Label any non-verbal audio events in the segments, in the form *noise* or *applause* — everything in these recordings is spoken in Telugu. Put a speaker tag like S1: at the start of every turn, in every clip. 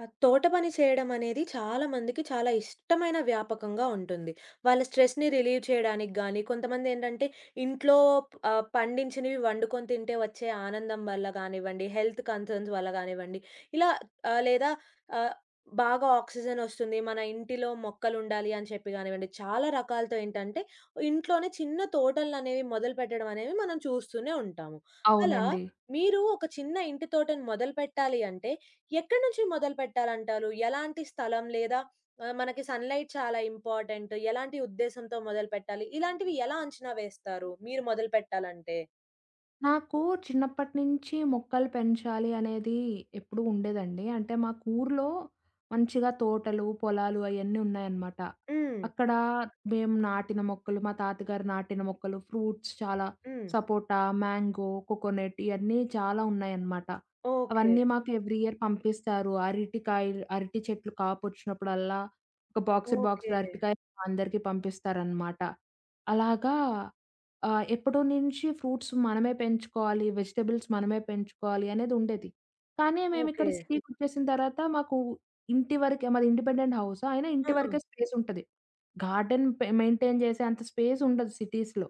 S1: ఆ! తోట పని చేయడం అనేది చాలా మందికి చాలా ఇష్టమైన వ్యాపకంగా ఉంటుంది. వాళ్ళ స్ట్రెస్‌ని రిలీవ్ చేయడానికి గానీ, కొంతమందేంటంటే ఇంట్లో పండించినవి వండుకొని తింటే వచ్చే ఆనందం వల్ల గానివ్వండి, హెల్త్ కన్సర్న్స్ వల్ల గానివ్వండి, ఇలా లేదా ఆహ్, బాగా ఆక్సిజన్ ఒస్తుంది, మన ఇంటిలో మొక్కలుండాలి అని చెప్పి గానివ్వండి, చాలా రకాలతో ఏంటంటే ఇంట్లోనే చిన్న తోటలనేవి మొదలుపెట్టడం అనేవి మనం చూస్తూనే ఉంటాము. అలా
S2: అవునండి.
S1: మీరు ఒక చిన్న ఇంటి తోటను మొదలుపెట్టాలి అంటే, ఎక్కడి నుంచి మొదలుపెట్టాలంటారు? ఎలాంటి స్థలం లేదా మనకి సన్‌లైట్ చాలా ఇంపార్టెంట్. ఎలాంటి ఉద్దేశంతో మొదలుపెట్టాలి? ఇలాంటివి ఎలా అంచనా వేస్తారు మీరు మొదలుపెట్టాలంటే?
S2: నాకు చిన్నప్పటి నుంచి మొక్కలు పెంచాలి అనేది ఎప్పుడూ ఉండేదండి. అంటే మాకు ఊర్లో మంచిగా తోటలు, పొలాలు అయన్నీ ఉన్నాయన్నమాట.
S1: హ్మ్.
S2: అక్కడ మేము నాటిన మొక్కలు, మా తాతగారు నాటిన మొక్కలు, ఫ్రూట్స్ చాలా
S1: హ్మ్.
S2: సపోటా, మ్యాంగో, కోకోనట్ ఇయన్నీ చాలా ఉన్నాయన్నమాట.
S1: ఓకే.
S2: అవన్నీ మాకు ఎవ్రీ ఇయర్ పంపిస్తారు. అరటికాయలు అరటి చెట్లు కాపొచ్చినప్పుడల్లా ఒక బాక్సుడు,
S1: ఓకే.
S2: బాక్సుడు అరటికాయలు అందరికీ పంపిస్తారన్నమాట. అలాగా ఆ! ఎప్పటో నుంచి ఫ్రూట్స్ మనమే పెంచుకోవాలి, వెజిటబుల్స్ మనమే పెంచుకోవాలి అనేది ఉండేది. కానీ మేమిక్కడ
S1: ఓకే.
S2: సిటీకొచ్చేసిన తర్వాత మాకు ఇంటి వరకే మాది ఇండిపెండెంట్ హౌస్. అయినా
S1: ఆ!
S2: ఇంటి వరకే స్పేసుంటది. గార్డెన్ పె మెయింటైన్ చేసే అంత స్పేసుండదు సిటీస్‌లో.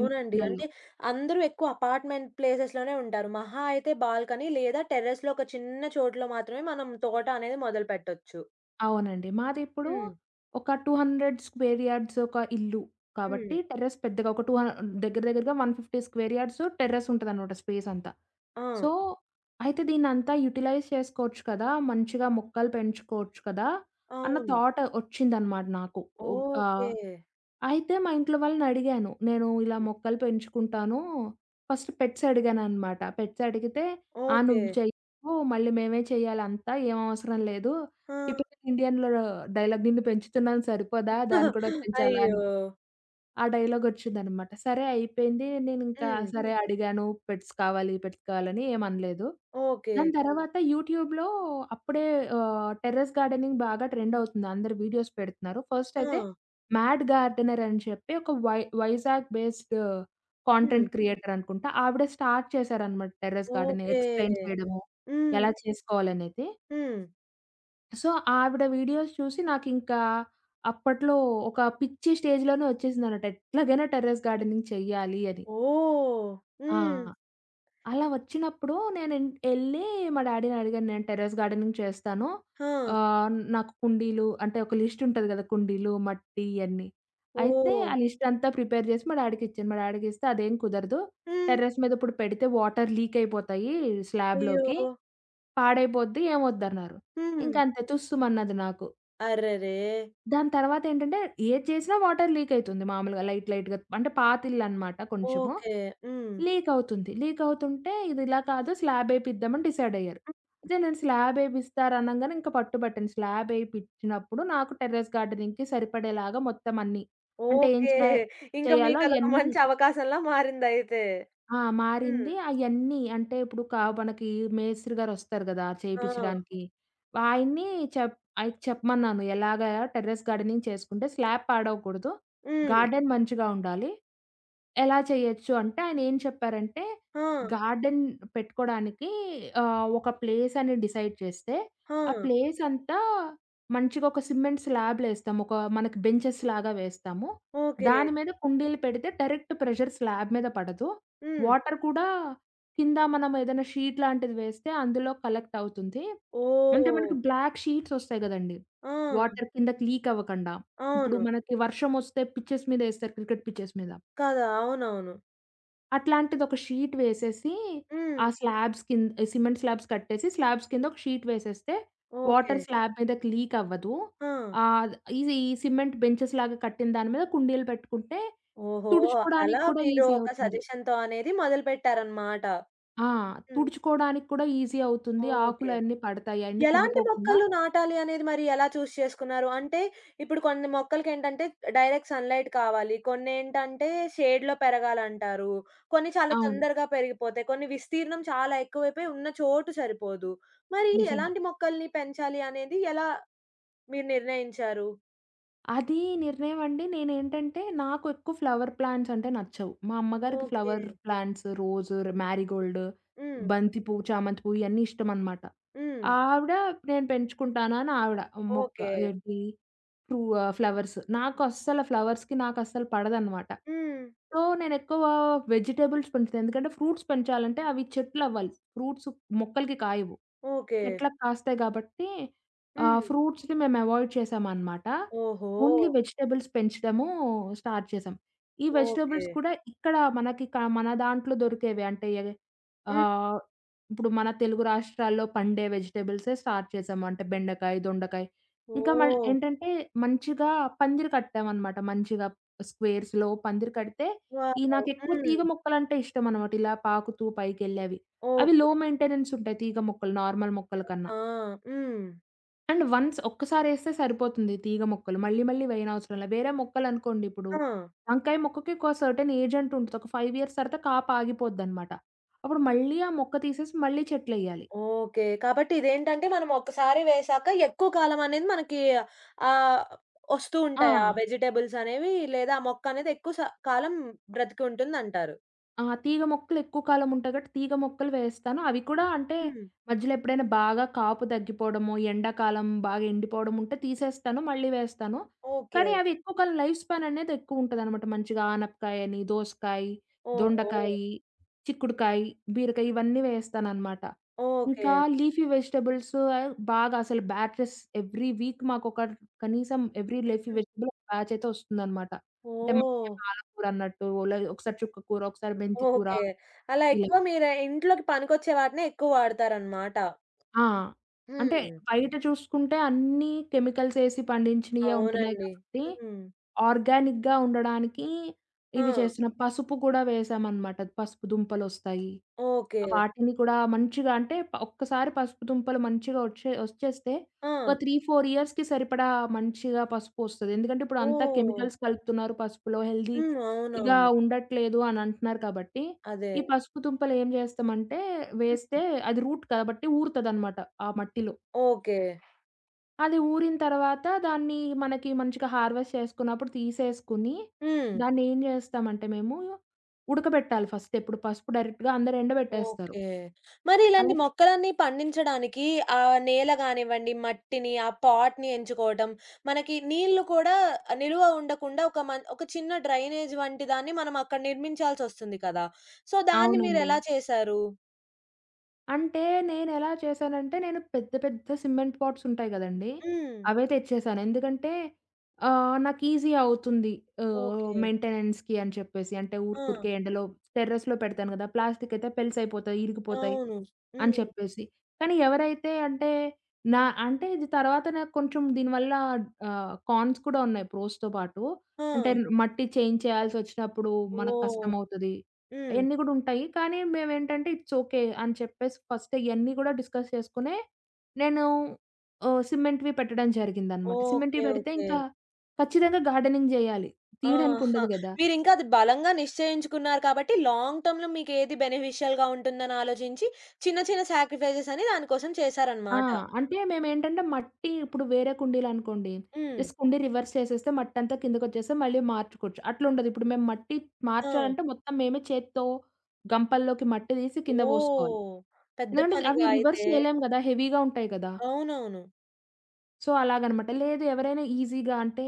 S2: ఇన్ ఇళ్ళల్లో.
S1: అంటే అందరూ ఎక్కువ అపార్ట్‌మెంట్ ప్లేసెస్‌లోనే ఉంటారు. మహా అయితే బాల్కనీ లేదా టెర్రస్‌లో ఒక చిన్న చోటులో మాత్రమే మనం తోట అనేది మొదలుపెట్టొచ్చు.
S2: అవునండి. మాదిప్పుడు
S1: హ్మ్.
S2: ఒక 200 స్క్వేర్ యార్డ్స్ ఒక ఇల్లు.
S1: హ్మ్.
S2: కాబట్టి టెర్రస్ పెద్దగా ఒక టూ హ దగ్గర దగ్గరగా 150 స్క్వేర్ యార్డ్స్ టెర్రస్ ఉంటదనమాట స్పేస్ అంతా.
S1: ఆ!
S2: సో, అయితే దీన్నంతా యుటిలైజ్ చేసుకోవచ్చు కదా! మంచిగా మొక్కలు పెంచుకోవచ్చు కదా! అన్న
S1: అవును.
S2: థాట్ ఒచ్చిందనమాట నాకు. ఓహ్! ఆ!
S1: ఓకే.
S2: అయితే మా ఇంట్లో వాళ్ళనడిగాను. నేను ఇలా మొక్కలు పెంచుకుంటాను. ఫస్ట్ పెట్స్ అడిగాననమాట. పెట్స్ అడిగితే, "ఆ!
S1: ఓకే.
S2: నువ్వు చెయ్యకు, మళ్ళీ మేమే చెయ్యాలంతా. ఏం అవసరం లేదు."
S1: ఆ!
S2: టిపికల్ ఇండియన్‌లో డైలాగ్, "నిన్ను పెంచుతున్నాను సరిపోదా? దాన్ని కూడా
S1: *laughs*
S2: పెంచాలా?" అని.
S1: అయ్యో!
S2: ఆ డైలాగొచ్చిందనమాట. సరే అయిపోయింది. నేనింకా
S1: హ్మ్.
S2: సరే హ్మ్. అడిగాను పెట్స్ కావాలి, పెట్స్ కావాలని ఏమనలేదు.
S1: ఓకే.
S2: దాని తర్వాత యూట్యూబ్‌లో అప్పుడే టెర్రస్ గార్డెనింగ్ బాగా ట్రెండ్ అవుతుంది. అందరు వీడియోస్ పెడుతున్నారు. ఫస్ట్
S1: ఆ!
S2: అయితే 'మ్యాడ్ గార్డెనర్' అని చెప్పి ఒక వైజాగ్ బేస్డ్
S1: హ్మ్.
S2: కాంటెంట్ క్రియేటర్ అనుకుంటా. ఆవిడ స్టార్ట్ చేశారనమాట టెర్రస్ గార్డెనింగ్
S1: ఓకే.
S2: ఎక్స్‌ప్లెయిన్ చేయడము
S1: హ్మ్.
S2: ఎలా చేసుకోవాలనేది.
S1: హ్మ్.
S2: సో, ఆవిడ వీడియోస్ చూసి నాకింకా అప్పట్లో ఒక పిచ్చి స్టేజ్‌లోనే వచ్చేసిందన్నమాట. ఎట్లాగైనా టెర్రస్ గార్డెనింగ్ చెయ్యాలి అని.
S1: ఓహ్!
S2: ఆ!
S1: హ్మ్.
S2: అలా వచ్చినప్పుడు నేను ఎన్ ఎళ్లి మా డ్యాడీని అడిగాను. నేను టెర్రస్ గార్డెనింగ్ చేస్తాను.
S1: ఆ!
S2: ఆహ్, నాకు కుండీలు అంటే ఒక లిస్ట్ ఉంటది కదా! కుండీలు, మట్టి ఇయన్నీ. అయితే
S1: ఓహ్!
S2: ఆ లిస్ట్ అంతా ప్రిపేర్ చేసి మా డ్యాడీకిచ్చాను. మా డ్యాడీకిస్తే అదేం కుదరదు.
S1: హ్మ్.
S2: టెర్రస్ మీద ఇప్పుడు పెడితే వాటర్ లీక్ అయిపోతాయి స్లాబ్‌లోకి.
S1: అయ్యో!
S2: పాడైపోద్ది ఏమొద్దన్నారు.
S1: హ్మ్.
S2: ఇంకంతే తుస్సుమన్నది నాకు.
S1: అరెరే!
S2: దాని తర్వాతేంటంటే, ఏది చేసినా వాటర్ లీకయితుంది మామూలుగా లైట్‌గా. అంటే పాతిళ్ళనమాట కొంచెము.
S1: ఓకే. హ్మ్.
S2: లీకవుతుంది. లీకవుతుంటే ఇదిలా కాదు స్లాబేపిద్దామని డిసైడయ్యారు. అయితే నేను స్లాబేపిస్తారనంగానే ఇంక పట్టుబట్టాను. స్లాబేపిచ్చినప్పుడు నాకు టెర్రస్ గార్డెనింగ్‌కి సరిపడేలాగా మొత్తం అన్నీ. అంటే ఏం
S1: ఓకే.
S2: చేయ
S1: ఇంక
S2: చేయాలో
S1: మీకదొక
S2: అయన్నీ
S1: మంచి అవకాశంలా మారిందయితే.
S2: ఆ!
S1: హ్మ్.
S2: మారింది. అయన్నీ అంటే ఇప్పుడు మనకి మేస్త్రి గారొస్తారు గదా!
S1: ఆ!
S2: చేపిచ్చడానికి. ఆయన్ని ఆయనకి చెప్పమన్నాను. ఎలాగా టెర్రస్ గార్డెనింగ్ చేసుకుంటే స్లాబ్ పాడవకూడదు.
S1: హ్మ్.
S2: గార్డెన్ మంచిగా ఉండాలి. ఎలా చేయొచ్చు అంటే ఆయన ఏం చెప్పారంటే,
S1: ఆ!
S2: గార్డెన్ పెట్టుకోడానికి ఒక ప్లేస్ అని డిసైడ్ చేస్తే,
S1: ఆ!
S2: ఆ ప్లేస్ అంతా మంచిగా ఒక సిమెంట్ స్లాబ్‌లేస్తాము. ఒక మనకి బెంచెస్ లాగా వేస్తాము.
S1: ఓకే.
S2: దాని మీద కుండీలు పెడితే డైరెక్ట్ ప్రెషర్ స్లాబ్ మీద పడదు.
S1: హ్మ్.
S2: వాటర్ కూడా కింద మనం ఏదైనా షీట్ లాంటిది వేస్తే అందులో కలెక్ట్ అవుతుంది. అంటే
S1: ఓహ్!
S2: మనకి బ్లాక్ షీట్స్ ఒస్తాయి గదండీ!
S1: ఆ!
S2: వాటర్ కిందకి లీక్ అవ్వకండా. ఇప్పుడు
S1: అవును.
S2: మనకి వర్షమొస్తే పిచెస్ మీద ఏస్తారు క్రికెట్ పిచెస్ మీద.
S1: కదా! అవునవును.
S2: అట్లాంటిది ఒక షీట్ వేసేసి
S1: హ్మ్.
S2: ఆ స్లాబ్స్ కింద సిమెంట్ స్లాబ్స్ కట్టేసి స్లాబ్స్ కింద ఒక షీట్ వేసేస్తే
S1: ఓకే.
S2: వాటర్ స్లాబ్ మీదకి లీక్ అవ్వదు.
S1: ఆ!
S2: ఆహ్, ఇది ఈ సిమెంట్ బెంచెస్ లాగా కట్టిన దాని మీద కుండీలు పెట్టుకుంటే
S1: ఓహో! అలా
S2: తుడుచుకోడానికి కూడా
S1: మీరు
S2: ఈజీ
S1: ఒక
S2: అవుతుంది.
S1: సజెషన్‌తో అనేది మొదలుపెట్టారన్నమాట.
S2: ఆ!
S1: హ్మ్.
S2: తుడుచుకోవడానికి కూడా ఈజీ అవుతుంది.
S1: ఓకే.
S2: ఆకులన్నీ పడతాయి. అయన్నీ
S1: ఎలాంటి
S2: కుళ్ళిపోకుండా
S1: మొక్కలు నాటాలి అనేది మరి ఎలా చేసుకున్నారు? అంటే ఇప్పుడు కొన్ని మొక్కలకేంటంటే డైరెక్ట్ సన్‌లైట్ కావాలి. కొన్నేంటంటే షేడ్‌లో పెరగాలంటారు. కొన్ని చాలా
S2: అవును.
S1: తొందరగా పెరిగిపోతాయి. కొన్ని విస్తీర్ణం చాలా ఎక్కువైపోయి ఉన్న చోటు సరిపోదు. మరి
S2: నిజమే.
S1: ఎలాంటి మొక్కల్ని పెంచాలి అనేది ఎలా మీరు నిర్ణయించారు?
S2: అది నిర్ణయం అండి. నేనేంటంటే నాకు ఎక్కువ ఫ్లవర్ ప్లాంట్స్ అంటే నచ్చవు. మా అమ్మగారికి
S1: okay.
S2: Flower plants rose, marigold,
S1: హ్మ్.
S2: బంతి పువ్వు, చామంతి పువ్వు ఇయన్నీ ఇష్టమనమాట.
S1: హ్మ్.
S2: ఆవిడ నేను పెంచుకుంటాను అని ఆవిడ మొక్క
S1: ఓకే.
S2: ఏంటి ట్రూ ఫ్లవర్స్. నాకస్సలు ఫ్లవర్స్‌కి నాకస్సలు పడదనమాట.
S1: హ్మ్.
S2: సో, నేనెక్కువ వెజిటబుల్స్ పెంచుతా. ఎందుకంటే ఫ్రూట్స్ పెంచాలంటే అవి చెట్లవ్వాలి. ఫ్రూట్స్ మొక్కలకి కాయవు.
S1: ఓకే.
S2: చెట్లకు కాస్తాయి గాబట్టి
S1: హ్మ్.
S2: ఫ్రూట్స్‌ని మేము అవాయిడ్ చేశామనమాట.
S1: ఓహో!
S2: ఓన్లీ వెజిటబుల్స్ పెంచడము స్టార్ట్ చేశాం. ఈ
S1: ఓకే.
S2: వెజిటబుల్స్ కూడా ఇక్కడ మనకి మన దాంట్లో దొరికేవి. అంటే
S1: హ్మ్.
S2: ఆహ్, ఇప్పుడు మన తెలుగు రాష్ట్రాల్లో పండే వెజిటబుల్సే స్టార్ట్ చేశాము. అంటే బెండకాయ, దొండకాయ ఇంకా మళ్ళీ
S1: ఓహ్!
S2: ఏంటంటే, మంచిగా పందిరి కట్టామనమాట. మంచిగా స్క్వేర్స్‌లో పందిరి కడితే, ఈ
S1: వావ్!
S2: నాకెక్కువ
S1: హ్మ్.
S2: తీగ మొక్కలంటే ఇష్టమనమాట. ఇలా పాకుతూ పైకెళ్ళేవి. అవి
S1: ఓకే.
S2: లో మెయింటెనెన్స్ ఉంటాయి తీగ మొక్కలు, నార్మల్ మొక్కల కన్నా.
S1: ఆ! హ్మ్.
S2: అండ్ వన్స్ ఒక్కసారేస్తే సరిపోతుంది తీగ మొక్కలు. మళ్ళీ మళ్ళీ వేయనవసరం లే. వేరే మొక్కలనుకోండి ఇప్పుడు,
S1: ఆ!
S2: వంకాయ మొక్కకి ఒక సర్టెన్ ఏజ్ అంటూ ఉంటది. ఒక 5 ఇయర్స్ తర్వాత కాపాగిపోద్దనమాట. అప్పుడు మళ్ళీ ఆ మొక్క తీసేసి మళ్ళీ చెట్లెయ్యాలి.
S1: ఓకే. కాబట్టి ఇదేంటంటే మనం ఒక్కసారి వేశాక ఎక్కువ కాలం అనేది మనకి ఆహ్, ఒస్తూ
S2: ఆ!
S1: ఉంటాయి. ఆ వెజిటబుల్స్ అనేవి లేదా ఆ మొక్క అనేది ఎక్కువ కాలం బ్రతికి ఉంటుందంటారు.
S2: ఆ! తీగ మొక్కలు ఎక్కువ కాలం ఉంటాయి కాబట్టి తీగ మొక్కలు వేస్తాను. అవి కూడా అంటే
S1: హ్మ్.
S2: మధ్యలో ఎప్పుడైనా బాగా కాపు తగ్గిపోవడమో, ఎండాకాలం బాగా ఎండిపోవడం ఉంటే తీసేస్తాను. మళ్ళీ వేస్తాను.
S1: ఓకే.
S2: కానీ అవి ఎక్కువ కాలం లైఫ్ స్పాన్ అనేది ఎక్కువ ఉంటదనమాట. మంచిగా ఆనపకాయని, దోసకాయ,
S1: ఓహో!
S2: దొండకాయి, చిక్కుడుకాయి, బీరకాయ ఇవన్నీ వేస్తాననమాట.
S1: ఓకే.
S2: ఇంకా లీఫీ వెజిటబుల్స్ బాగా అసలు బ్యాచెస్ ఎవ్రీ వీక్ మాకొక కనీసం ఎవ్రీ లీఫీ
S1: హ్మ్.
S2: వెజిటబుల్ ఒక బ్యాచ్ అయితే వస్తుందనమాట. అంటే
S1: ఓహ్!
S2: మనకి పాలకూర అన్నట్టు, ఒకసారి చుక్కకూర, ఒకసారి మెంతి కూర
S1: ఓకే. అలా
S2: ఇలా.
S1: ఎక్కువ మీరు ఇంట్లోకి పనికొచ్చే వాటినే ఎక్కువ వాడతారనమాట.
S2: ఆ! అంటే
S1: హ్మ్.
S2: బయట చూసుకుంటే అన్నీ కెమికల్స్ ఏసి పండించినయే ఉంటున్నాయి
S1: అవునండి.
S2: కాబట్టి,
S1: హ్మ్.
S2: ఆర్గానిక్‌గా ఉండడానికి
S1: ఆ!
S2: ఇవి చేస్తున్నాం. పసుపు కూడా వేసామనమాట. పసుపు దుంపలొస్తాయి.
S1: ఓకే.
S2: వాటిని కూడా మంచిగా అంటే ఒక్కసారి పసుపు దుంపలు మంచిగా వచ్చేస్తే
S1: ఆ!
S2: ఒక 3, 4 ఇయర్స్‌కి సరిపడా మంచిగా పసుపు వస్తది. ఎందుకంటే ఇప్పుడు అంతా
S1: ఓహ్!
S2: కెమికల్స్ కలుపుతున్నారు పసుపులో.
S1: హ్మ్.
S2: హెల్తీగా
S1: అవునవును.
S2: ఉండట్లేదు అని అంటున్నారు కాబట్టి,
S1: అదే.
S2: ఈ పసుపు దుంపలు ఏం చేస్తామంటే వేస్తే అది రూట్ కాబట్టి ఊరుతదనమాట ఆ మట్టిలో.
S1: ఓకే.
S2: అది ఊరిన తర్వాత దాన్ని మనకి మంచిగా హార్వెస్ట్ చేసుకున్నప్పుడు తీసేసుకుని,
S1: హ్మ్.
S2: దాన్ని ఏం చేస్తామంటే మేము ఉడకబెట్టాలి ఫస్ట్ ఎప్పుడు పసుపు డైరెక్ట్‌గా అందరూ ఎండబెట్టేస్తారు.
S1: ఓకే. మరి ఇలాంటి
S2: అలా
S1: మొక్కలన్నీ పండించడానికి ఆ నేల గానివ్వండి, మట్టిని, ఆ పాట్‌ని ఎంచుకోవటం, మనకి నీళ్లు కూడా నిలువ ఉండకుండా ఒక చిన్న డ్రైనేజ్ వంటి దాన్ని మనం అక్కడ నిర్మించాల్సొస్తుంది కదా! సో, దాన్ని
S2: అవునండి.
S1: మీరెలా చేశారు?
S2: అంటే నేనెలా చేశానంటే, నేను పెద్ద పెద్ద సిమెంట్ పాట్స్ ఉంటాయి గదండీ!
S1: హ్మ్.
S2: అవే తెచ్చేసాను. ఎందుకంటే నాకు ఈజీ అవుతుంది.
S1: ఓకే.
S2: మెయింటెనెన్స్‌కి అని చెప్పేసి. అంటే
S1: ఆ!
S2: ఊరుకూరికే ఎండలో టెర్రస్‌లో పెడతాను గదా! ప్లాస్టిక్ అయితే పెలుసైపోతాయి, ఇరిగిపోతాయి.
S1: అవును.
S2: అని
S1: హ్మ్.
S2: చెప్పేసి. కానీ ఎవరైతే అంటే నా అంటే ఇది తర్వాత నాకు కొంచెం దీనివల్ల కాన్స్ కూడా ఉన్నాయి ప్రోస్‌తో పాటు.
S1: ఆ!
S2: అంటే మట్టి చేంజ్ చేయాల్సొచ్చినప్పుడు మనకు
S1: ఓహ్!
S2: కష్టమవుతది.
S1: హ్మ్.
S2: అయన్నీ కూడా ఉంటాయి. కానీ మేమేంటంటే ఇట్స్ ఓకే అని చెప్పేసి ఫస్ట్ ఇయన్నీ కూడా డిస్కస్ చేసుకునే నేను సిమెంట్‌వి పెట్టడం జరిగిందనమాట. సిమెంట్‌వి
S1: ఓకే.
S2: పెడితే
S1: ఓకే.
S2: ఇంకా ఖచ్చితంగా గార్డెనింగ్ జేయాలి. తీయడానికి
S1: ఆహా!
S2: ఉండదు గదా!
S1: మీరింకా అది బలంగా నిశ్చయించుకున్నారు కాబట్టి లాంగ్ టర్మ్‌లో మీకేది బెనిఫిషియల్‌గా ఉంటుందని ఆలోచించి చిన్న చిన్న సాక్రిఫైజెస్ అని దాని కోసం
S2: ఆ!
S1: చేశారనమాట.
S2: అంటే మేమేంటంటే మట్టి ఇప్పుడు వేరే కుండీలనుకోండి.
S1: హ్మ్.
S2: జస్ట్ కుండీ రివర్స్ చేసేస్తే మట్టంతా కిందకొచ్చేస్తే మళ్ళీ మార్చుకోవచ్చు. అట్లుండదు. ఇప్పుడు మేము మట్టి
S1: ఆ!
S2: మార్చాలంటే మొత్తం మేమే చేత్తో గంపల్లోకి మట్టి తీసి కింద పోసుకోవాలి.
S1: ఓహ్! పెద్ద
S2: ఎందుకంటే అవి
S1: పనిగా
S2: రివర్స్
S1: అయితే.
S2: చేయలేం గదా! హెవీగా ఉంటాయి గదా!
S1: అవునవును.
S2: సో, అలాగనమాట. లేదు ఎవరైనా ఈజీగా అంటే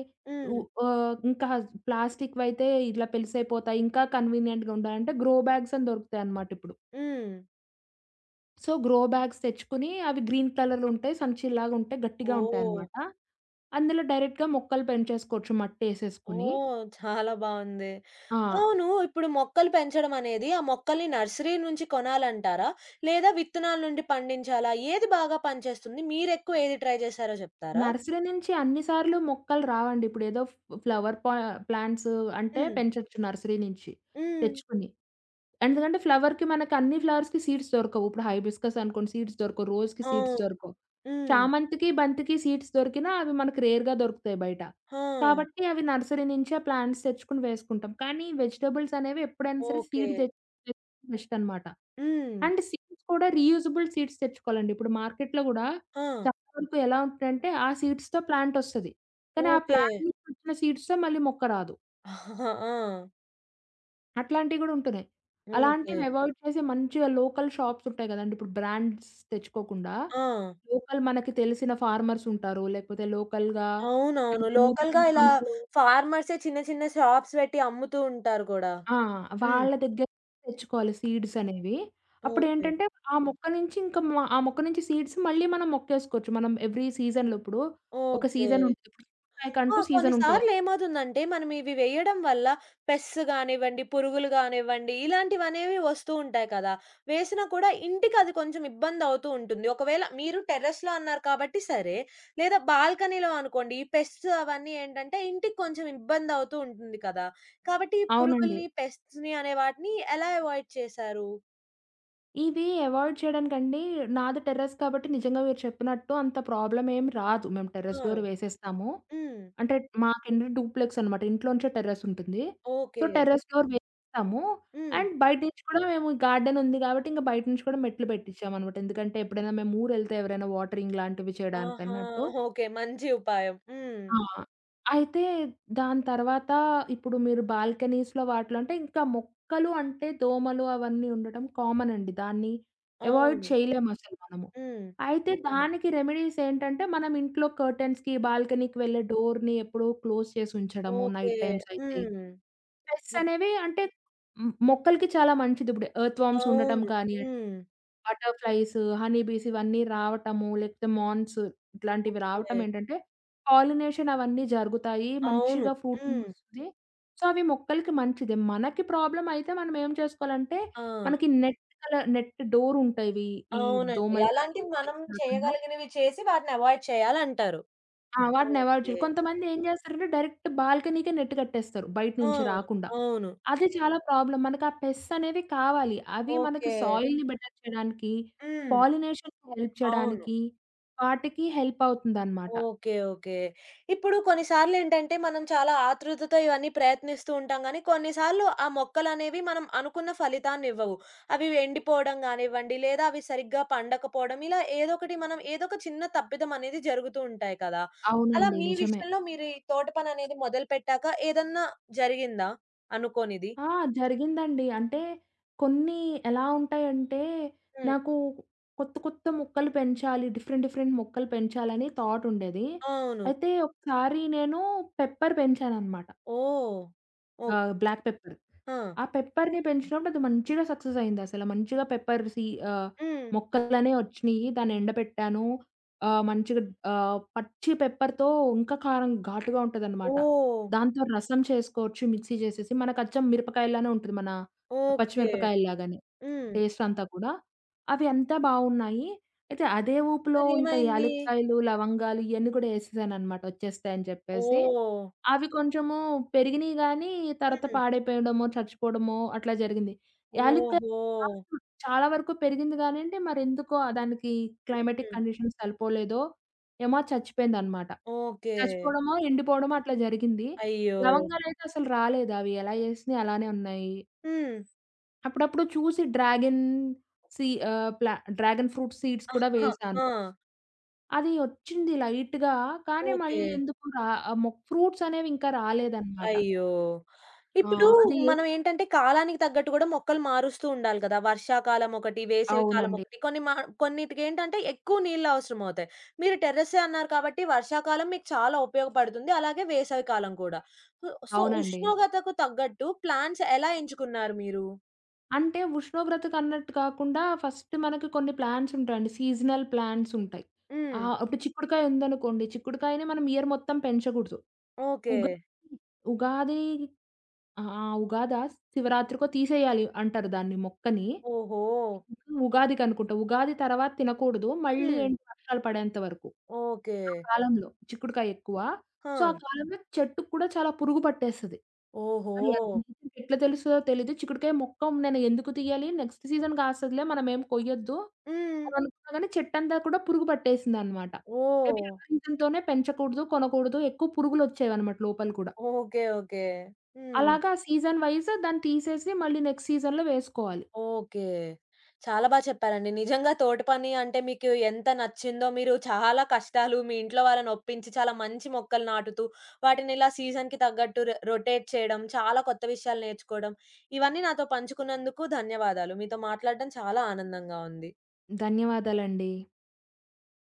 S2: ఉ
S1: హ్మ్.
S2: ఇంకా ప్లాస్టిక్‌వయితే ఇట్లా పెలుసైపోతాయి. ఇంకా కన్వీనియంట్‌గా ఉండాలంటే గ్రో బ్యాగ్స్ అని దొరుకుతాయన్నమాట ఇప్పుడు.
S1: హ్మ్.
S2: సో, గ్రో బ్యాగ్స్ తెచ్చుకొని అవి గ్రీన్ కలర్‌లో ఉంటాయి. సంచిల్లాగా ఉంటాయి. గట్టిగా
S1: ఓహ్!
S2: ఉంటాయన్నమాట. అందులో డైరెక్ట్‌గా మొక్కలు పెంచేసుకోవచ్చు మట్టేసేసుకుని.
S1: ఓహ్! చాలా బావుంది.
S2: ఆ!
S1: అవును. ఇప్పుడు మొక్కలు పెంచడం అనేది ఆ మొక్కల్ని నర్సరీ నుంచి కొనాలంటారా? లేదా విత్తనాల నుండి పండించాలా? ఏది బాగా పనిచేస్తుంది? మీరెక్కువ ఏది ట్రై చేశారో చెప్తారా?
S2: నర్సరీ నుంచి అన్ని సార్లు మొక్కలు రావండి. ఇప్పుడేదో ఫ్ ఫ్లవర్ పా ప్లాంట్స్ అంటే
S1: హ్మ్.
S2: పెంచొచ్చు నర్సరీ నుంచి
S1: హ్మ్.
S2: తెచ్చుకొని. ఎందుకంటే ఫ్లవర్‌కి మనకు అన్ని ఫ్లవర్స్‌కి సీడ్స్ దొరకవు. ఇప్పుడు హైబిస్కస్ అనుకోండి సీడ్స్ దొరకవు. రోజ్‌కి సీడ్స్
S1: అవును.
S2: దొరకవు.
S1: హ్మ్.
S2: చామంతికి, బంతికి సీడ్స్ దొరికినా అవి మనకు రేర్‌గా దొరుకుతాయి బయట.
S1: ఆ!
S2: కాబట్టి అవి నర్సరీ నుంచే ప్లాంట్స్ తెచ్చుకొని వేసుకుంటాం. కానీ వెజిటబుల్స్ అనేవి ఎప్పుడైనా సరే
S1: ఓకే.
S2: సీడ్ తెచ్ తెచ్చుకోవడం బెస్ట్ అనమాట.
S1: హ్మ్.
S2: అండ్ సీడ్స్ కూడా రీయూజబుల్ సీడ్స్ తెచ్చుకోవాలండి. ఇప్పుడు మార్కెట్‌లో గూడా
S1: ఆ!
S2: చాలా వరకు ఎలా ఉంటదంటే ఆ సీడ్స్‌తో ప్లాంట్ ఒస్తది. కానీ ఆ
S1: ఓకే.
S2: ప్లాంట్ నుంచి వచ్చిన సీడ్స్‌తో మళ్ళీ మొక్క రాదు.
S1: ఆ!
S2: అట్లాంటివి గూడా ఉంటున్నాయి.
S1: ఓకే.
S2: అలాంటివి హ్మ్. అవాయిడ్ చేసి మంచిగా లోకల్ షాప్స్ ఉంటాయి గదండీ! ఇప్పుడు బ్రాండ్స్ తెచ్చుకోకుండా,
S1: ఆ!
S2: లోకల్ మనకి తెలిసిన ఫార్మర్స్ ఉంటారు. లేకపోతే లోకల్‌గా
S1: అవునవును.
S2: మనకి ఊర్లో
S1: లోకల్‌గా ఇలా
S2: సంతలో
S1: ఫార్మర్సే చిన్న చిన్న షాప్స్ పెట్టి అమ్ముతూ ఉంటారు గూడా.
S2: ఆ!
S1: హ్మ్.
S2: వాళ్ళ దగ్గర తెచ్చుకోవాలి సీడ్స్ అనేవి.
S1: ఓకే.
S2: అప్పుడేంటంటే ఆ మొక్క నుంచి ఇంకా మ ఆ మొక్క నుంచి సీడ్స్ మళ్ళీ మనం మొక్కేసుకోవచ్చు. మనం ఎవ్రీ సీజన్‌లో ఇప్పుడు ఒక
S1: ఓకే.
S2: సీజన్ ఉంటది. ఇప్పుడు
S1: ఆ!
S2: చిక్కుడుకాయకంటూ సీజన్ ఉంటది.
S1: కొన్నిసార్లు ఏమవుతుందంటే, మనం ఇవి వేయడం వల్ల పెస్ట్స్ గానివ్వండి, పురుగులు గానివ్వండి, ఇలాంటివనేవి వస్తూ ఉంటాయి కదా! వేసినా కూడా ఇంటికది కొంచెం ఇబ్బందవుతూ ఉంటుంది. ఒకవేళ మీరు టెర్రస్‌లో అన్నారు కాబట్టి సరే, లేదా బాల్కనీలో అనుకోండి, ఈ పెస్ట్స్ అవన్నీ ఏంటంటే, ఇంటికి కొంచెం ఇబ్బందవుతూ ఉంటుంది కదా! కాబట్టి ఈ
S2: అవునండి.
S1: పురుగుల్ని, పెస్ట్స్‌ని అనే వాటిని ఎలా అవాయిడ్ చేశారు?
S2: ఇవి అవాయిడ్ చేయడానికండి నాది టెర్రస్ కాబట్టి నిజంగా మీరు చెప్పినట్టు అంత ప్రాబ్లమ్ ఏం రాదు. మేము
S1: ఆ!
S2: టెర్రస్ డోర్ వేసేస్తాము.
S1: హ్మ్.
S2: అంటే మాకేంటి డూప్లెక్స్ అనమాట. ఇంట్లోంచే టెర్రస్ ఉంటుంది. So,
S1: okay.
S2: టెర్రస్ డోర్ వేసేస్తాము.
S1: హ్మ్.
S2: అండ్ బయట నుంచి కూడా మేము గార్డెన్ ఉంది కాబట్టి ఇంక బయట నుంచి కూడా మెట్లు పెట్టించామనమాట. ఎందుకంటే ఎప్పుడైనా మేము ఊరెళ్తే ఎవరైనా వాటరింగ్ లాంటివి
S1: ఆహా!
S2: చేయడానికన్నట్టు.
S1: ఓకే. మంచి ఉపాయం. హ్మ్.
S2: ఆ! అయితే దాని తర్వాత ఇప్పుడు మీరు బాల్కనీస్‌లో వాటిలో అంటే ఇంకా మొక్కలు అంటే దోమలు అవన్నీ ఉండటం కామన్ అండి. దాన్ని అవాయిడ్
S1: అవును.
S2: చేయలేమసలు మనము.
S1: హ్మ్.
S2: అయితే అవును. దానికి రెమెడీస్ ఏంటంటే మనం ఇంట్లో కర్టెన్స్‌కి, బాల్కనీకి వెళ్ళే డోర్‌ని ఎప్పుడూ క్లోజ్ చేసి ఉంచడము
S1: ఓకే.
S2: నైట్ టైమ్స్ అయితే.
S1: హ్మ్.
S2: పెస్ట్స్
S1: హ్మ్.
S2: అనేవి అంటే హ్మ్, మొక్కలకి చాలా మంచిదిప్పుడు. ఎర్త్ వార్మ్స్ ఉండటం
S1: అవును.
S2: కానియండి,
S1: హ్మ్.
S2: బటర్‌ఫ్లైస్, హనీ బీస్ ఇవన్నీ రావటము, లేకపోతే మాన్స్ ఇట్లాంటివి రావటం
S1: ఓకే.
S2: ఏంటంటే, పాలినేషన్ అవన్నీ జరుగుతాయి.
S1: అవును.
S2: మంచిగా ఫ్రూటింగ్
S1: హ్మ్.
S2: వస్తుంది. సో, అవి మొక్కలకి మంచిదే. మనకి ప్రాబ్లమ్ అయితే మనం ఏం చేసుకోవాలంటే,
S1: ఆ!
S2: మనకి నెట్ కలర్ నెట్ డోర్ ఉంటాయివి. ఈ
S1: అవునండి.
S2: దోమలు గాని,
S1: అలాంటివి మనం
S2: ఇన్సెక్ట్స్ రాకుండా
S1: చేయగలిగినవి చేసి వాటిని అవాయిడ్ చేయాలంటారు.
S2: ఆ! వాటిని అవాయిడ్
S1: ఓకే.
S2: చేయాలి. కొంతమంది ఏం చేస్తారంటే, డైరెక్ట్ బాల్కనీకే నెట్ కట్టేస్తారు. బయట
S1: ఆ!
S2: నుంచి
S1: హ్మ్.
S2: రాకుండా.
S1: అవును.
S2: అది చాలా ప్రాబ్లమ్. మనకా పెస్ట్స్ అనేవి కావాలి. అవి మనకి
S1: ఓకే.
S2: సాయిల్‌ని బెటర్ చేయడానికి,
S1: హ్మ్.
S2: పాలినేషన్‌కి హెల్ప్
S1: అవును.
S2: చేయడానికి, వాటికి హెల్ప్ అవుతుందనమాట.
S1: ఓకే. ఓకే. ఇప్పుడు కొన్నిసార్లేంటంటే, మనం చాలా ఆతృతతో ఇవన్నీ ప్రయత్నిస్తూ ఉంటాం గానీ, కొన్నిసార్లు ఆ మొక్కలనేవి మనం అనుకున్న ఫలితాన్నివ్వవు. అవి ఎండిపోవడం గానివ్వండి, లేదా అవి సరిగ్గా పండకపోవడం, ఇలా ఏదో ఒకటి మనం ఏదో ఒక చిన్న తప్పిదం అనేది జరుగుతూ ఉంటాయి కదా! అలా
S2: అవునండి.
S1: మీ
S2: నిజమే.
S1: విషయంలో మీరు ఈ తోట పననేది మొదలుపెట్టాక ఏదన్నా జరిగిందా అనుకోనిది?
S2: ఆ! జరిగిందండి. అంటే కొన్ని ఎలా ఉంటాయంటే,
S1: హ్మ్.
S2: నాకు కొత్త కొత్త మొక్కలు పెంచాలి. డిఫరెంట్ డిఫరెంట్ మొక్కలు పెంచాలని థాట్ ఉండేది.
S1: అవును.
S2: అయితే ఒకసారి నేను పెప్పర్ పెంచాననమాట.
S1: ఓహ్! ఓకే.
S2: Black pepper.
S1: ఆ!
S2: ఆ పెప్పర్‌ని పెంచినప్పుడు అది మంచిగా సక్సెస్ అయిందసల. మంచిగా పెప్పర్ సీ ఆహ్,
S1: హ్మ్.
S2: మొక్కలనేవి వచ్చినియి. దాన్ని ఎండబెట్టాను. మంచిగా పచ్చి పెప్పర్‌తో ఇంకా కారం ఘాటుగా ఉంటదనమాట.
S1: ఓహ్!
S2: దాంతో రసం చేసుకోవచ్చు మిక్సీ చేసేసి. మనకచ్చం మిరపకాయలానే ఉంటది. మన
S1: ఓకే.
S2: పచ్చిమిరపకాయల్లాగానే
S1: హ్మ్.
S2: టేస్ట్ అంతా కూడా. అవి అంతా బావున్నాయి. అయితే అదే ఊపులో ఇంకా
S1: మరేమైంది?
S2: యాలుక్కాయలు, లవంగాలు ఇయన్నీ కూడా ఏసేసాననమాట. వచ్చేస్తాయని చెప్పేసి.
S1: ఓహ్!
S2: అవి కొంచెము పెరిగినియి గానీ, తర్వాత
S1: హ్మ్.
S2: పాడైపోయడమో, చచ్చిపోవడమో అట్లా జరిగింది. యాలుక్కాయ
S1: ఓహో!
S2: కాస్ట్ చాలా వరకు పెరిగింది గానండి, మరెందుకో దానికి క్లైమాటిక్
S1: హ్మ్.
S2: కండిషన్స్ సరిపోలేదో ఏమో అది చచ్చిపోయిందనమాట.
S1: ఓకే.
S2: చచ్చిపోవడమో, ఎండిపోవడమో అట్లా జరిగింది.
S1: అయ్యో!
S2: లవంగాలయితే అసలు రాలేదు. అవి ఎలా ఏసినయి అలానే ఉన్నాయి.
S1: హ్మ్.
S2: అప్పుడప్పుడు చూసి డ్రాగన్ సీ డ్రాగన్ ఫ్రూట్ సీడ్స్ కూడా
S1: ఆహా!
S2: వేశాను.
S1: ఆ!
S2: అది ఒచ్చింది లైట్‌గా, కానీ
S1: ఓకే.
S2: మళ్ళీ ఎందుకో ఫ్రూట్స్ అనేవి ఇంకా రాలేదనమాట.
S1: అయ్యో!
S2: ఆ!
S1: ఇప్పుడు
S2: అది
S1: మనం
S2: ఏస్
S1: ఏంటంటే, కాలానికి తగ్గట్టు కూడా మొక్కలు మారుస్తూ ఉండాలి కదా! వర్షాకాలం ఒకటి, వేసవి కాలం
S2: అవునండి.
S1: ఒకటి కొన్ని మా కొన్నిటికేంటంటే ఎక్కువ నీళ్ళు అవసరమవుతాయి. మీరు టెర్రస్సే అన్నారు కాబట్టి వర్షాకాలం మీకు చాలా ఉపయోగపడుతుంది. అలాగే వేసవి కాలం కూడా. సో, సో
S2: అవునండి.
S1: ఉష్ణోగ్రతకు తగ్గట్టు ప్లాంట్స్ ఎలా ఎంచుకున్నారు మీరు?
S2: అంటే ఉష్ణోగ్రతకన్నట్టు కాకుండా ఫస్ట్ మనకు కొన్ని ప్లాంట్స్ ఉంటాయండి. సీజనల్ ప్లాంట్స్ ఉంటాయి.
S1: హ్మ్.
S2: ఇప్పుడు చిక్కుడుకాయ ఉందనుకోండి. చిక్కుడుకాయని మనం ఇయర్ మొత్తం పెంచకూడదు.
S1: ఓకే.
S2: ఉగా ఉగాది ఆ! ఆ! ఉగాదా? శివరాత్రికో తీసేయాలి అంటారు దాన్ని మొక్కని.
S1: ఓహో!
S2: ఉగాదికనుకుంటా. ఉగాది తర్వాత తినకూడదు. మళ్ళీ
S1: హ్మ్.
S2: ఏంటి వర్షాలు పడేంత వరకు.
S1: ఓకే.
S2: ఆ కాలంలో చిక్కుడుకాయ ఎక్కువ.
S1: ఆ!
S2: సో, ఆ కాలంలో చెట్టుకి కూడా చాలా పురుగు పట్టేస్తది.
S1: ఓహో!
S2: మరి అది nature కి ఎట్లా తెలుస్తదో తెలీదు. చిక్కుడుకాయ మొక్క నేను ఎందుకు తీయాలి? నెక్స్ట్ సీజన్ కాస్తదిలే మనమేం కొయ్యొద్దు.
S1: హ్మ్.
S2: అని అనుకున్నా గాని చెట్టంతా కూడా పురుగు పట్టేసిందనమాట. మేబీ
S1: ఓహ్!
S2: ఆ రీజన్‌తోనే పెంచకూడదు, కొనకూడదు ఎక్కువ పురుగులొచ్చేవనమాట లోపల కూడా.
S1: ఓకే. ఓకే. హ్మ్. హ్మ్.
S2: అలాగా సీజన్ వైస్ దాన్ని తీసేసి మళ్ళీ నెక్స్ట్ సీజన్‌లో వేసుకోవాలి.
S1: ఓకే. చాలా చెప్పారండి. నిజంగా తోట పని అంటే మీకు ఎంత నచ్చిందో, మీరు చాలా కష్టాలు మీ ఇంట్లో వాళ్ళని ఒప్పించి, చాలా మంచి మొక్కలు నాటుతూ, వాటిని ఇలా సీజన్‌కి తగ్గట్టు రొటేట్ చేయడం, చాలా కొత్త విషయాలు నేర్చుకోవడం, ఇవన్నీ నాతో పంచుకున్నందుకు ధన్యవాదాలు. మీతో మాట్లాడడం చాలా ఆనందంగా ఉంది.
S2: ధన్యవాదాలండి.